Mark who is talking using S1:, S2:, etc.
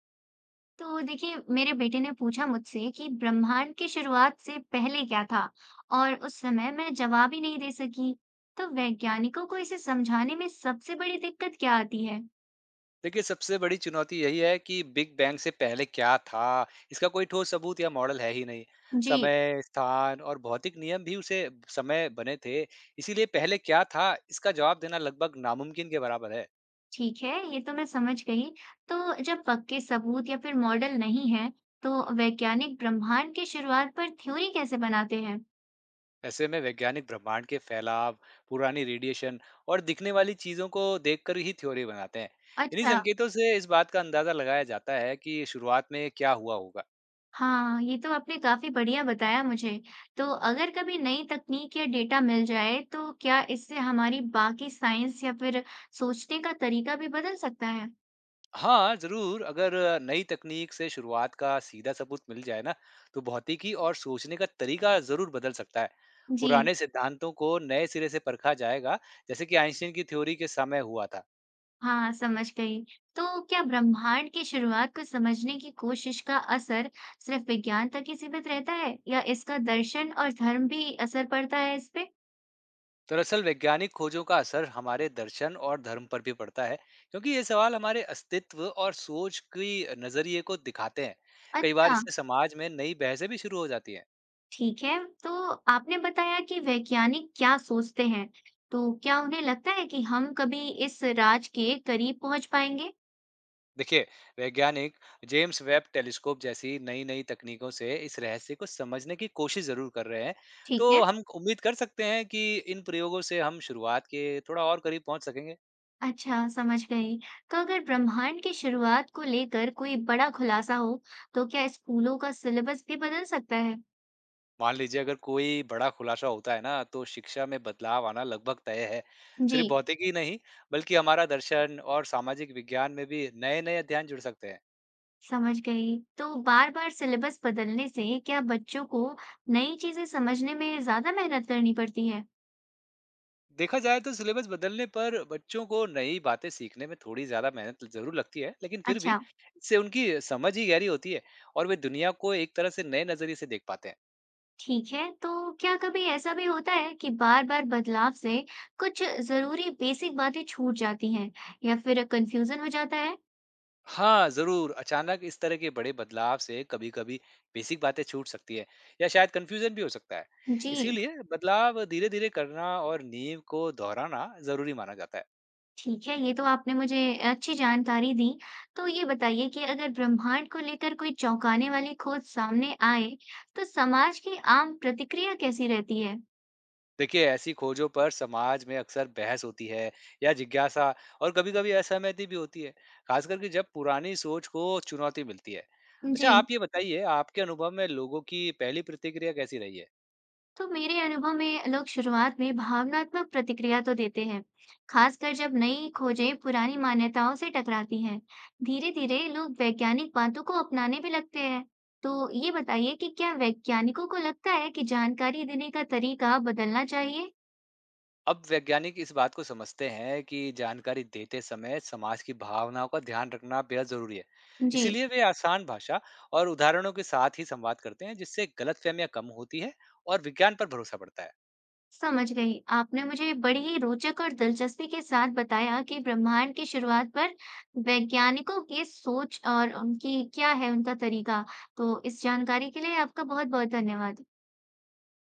S1: तो देखिए, मेरे बेटे ने पूछा मुझसे कि ब्रह्मांड की शुरुआत से पहले क्या था। और उस समय मैं जवाब ही नहीं दे सकी। तो वैज्ञानिकों को इसे समझाने में सबसे बड़ी दिक्कत क्या आती है?
S2: देखिए, सबसे बड़ी चुनौती यही है कि बिग बैंग से पहले क्या था, इसका कोई ठोस सबूत या मॉडल है ही नहीं।
S1: जी।
S2: समय, स्थान और भौतिक नियम भी उसे समय बने थे, इसीलिए पहले क्या था, इसका जवाब देना लगभग नामुमकिन के बराबर है।
S1: ठीक है, ये तो मैं समझ गई। तो जब पक्के सबूत या फिर मॉडल नहीं है, तो वैज्ञानिक ब्रह्मांड की शुरुआत पर थ्योरी कैसे बनाते हैं?
S2: ऐसे में वैज्ञानिक ब्रह्मांड के फैलाव, पुरानी रेडिएशन और दिखने वाली चीज़ों को देखकर ही थ्योरी बनाते हैं। इन्हीं
S1: अच्छा।
S2: संकेतों से इस बात का अंदाज़ा लगाया जाता है कि शुरुआत में क्या हुआ होगा।
S1: हाँ, ये तो आपने काफ़ी बढ़िया बताया मुझे। तो अगर कभी नई तकनीक या डेटा मिल जाए, तो क्या इससे हमारी बाकी साइंस या फिर सोचने का तरीका भी बदल सकता है?
S2: हाँ, ज़रूर, अगर नई तकनीक से शुरुआत का सीधा सबूत मिल जाए ना, तो भौतिकी और सोचने का तरीका ज़रूर बदल सकता है।
S1: जी,
S2: पुराने सिद्धांतों को नए सिरे से परखा जाएगा, जैसे कि आइंस्टीन की थ्योरी के समय हुआ था।
S1: हाँ, समझ गई। तो क्या ब्रह्मांड की शुरुआत को समझने की कोशिश का असर सिर्फ विज्ञान तक ही सीमित रहता है, या इसका दर्शन और धर्म भी असर पड़ता है इस पे?
S2: दरअसल वैज्ञानिक खोजों का असर हमारे दर्शन और धर्म पर भी पड़ता है, क्योंकि ये सवाल हमारे अस्तित्व और सोच की नज़रिए को दिखाते हैं। कई बार
S1: अच्छा।
S2: इससे समाज में नई बहसें भी शुरू हो जाती हैं।
S1: ठीक है, तो आपने बताया कि वैज्ञानिक क्या सोचते हैं। तो क्या उन्हें लगता है कि हम कभी इस राज के करीब पहुंच पाएंगे?
S2: देखिए, वैज्ञानिक जेम्स वेब टेलीस्कोप जैसी नई नई तकनीकों से इस रहस्य को समझने की कोशिश जरूर कर रहे हैं।
S1: ठीक
S2: तो
S1: है।
S2: हम उम्मीद कर सकते हैं कि इन प्रयोगों से हम शुरुआत के थोड़ा और करीब पहुंच सकेंगे।
S1: अच्छा, समझ गई। तो अगर ब्रह्मांड की शुरुआत को लेकर कोई बड़ा खुलासा हो, तो क्या स्कूलों का सिलेबस भी बदल सकता है?
S2: मान लीजिए, अगर कोई बड़ा खुलासा होता है ना, तो शिक्षा में बदलाव आना लगभग तय है।
S1: जी।
S2: सिर्फ भौतिकी ही नहीं, बल्कि हमारा दर्शन और सामाजिक विज्ञान में भी नए नए अध्ययन जुड़ सकते हैं।
S1: समझ गई। तो बार बार सिलेबस बदलने से क्या बच्चों को नई चीजें समझने में ज्यादा मेहनत करनी पड़ती है?
S2: देखा जाए तो सिलेबस बदलने पर बच्चों को नई बातें सीखने में थोड़ी ज्यादा मेहनत जरूर लगती है, लेकिन फिर भी
S1: अच्छा।
S2: इससे उनकी समझ ही गहरी होती है और वे दुनिया को एक तरह से नए नजरिए से देख पाते हैं।
S1: ठीक है, तो क्या कभी ऐसा भी होता है कि बार बार बदलाव से कुछ जरूरी बेसिक बातें छूट जाती हैं या फिर कंफ्यूजन हो जाता है?
S2: हाँ, जरूर, अचानक इस तरह के बड़े बदलाव से कभी कभी बेसिक बातें छूट सकती है या शायद कंफ्यूजन भी हो सकता है।
S1: जी।
S2: इसीलिए बदलाव धीरे धीरे करना और नींव को दोहराना जरूरी माना जाता है।
S1: ठीक है, ये तो आपने मुझे अच्छी जानकारी दी। तो ये बताइए कि अगर ब्रह्मांड को लेकर कोई चौंकाने वाली खोज सामने आए, तो समाज की आम प्रतिक्रिया कैसी रहती है?
S2: देखिए, ऐसी खोजों पर समाज में अक्सर बहस होती है या जिज्ञासा और कभी-कभी असहमति भी होती है, खासकर कि जब पुरानी सोच को चुनौती मिलती है।
S1: जी।
S2: अच्छा, आप ये बताइए, आपके अनुभव में लोगों की पहली प्रतिक्रिया कैसी रही है?
S1: तो मेरे अनुभव में लोग शुरुआत में भावनात्मक प्रतिक्रिया तो देते हैं, खासकर जब नई खोजें पुरानी मान्यताओं से टकराती हैं। धीरे-धीरे लोग वैज्ञानिक बातों को अपनाने भी लगते हैं। तो ये बताइए कि क्या वैज्ञानिकों को लगता है कि जानकारी देने का तरीका बदलना चाहिए?
S2: अब वैज्ञानिक इस बात को समझते हैं कि जानकारी देते समय समाज की भावनाओं का ध्यान रखना बेहद जरूरी है।
S1: जी।
S2: इसीलिए वे आसान भाषा और उदाहरणों के साथ ही संवाद करते हैं, जिससे गलतफहमियां कम होती है और विज्ञान पर भरोसा बढ़ता है।
S1: समझ गई। आपने मुझे बड़ी ही रोचक और दिलचस्पी के साथ बताया कि ब्रह्मांड की शुरुआत पर वैज्ञानिकों की सोच और उनकी क्या है उनका तरीका। तो इस जानकारी के लिए आपका बहुत-बहुत धन्यवाद।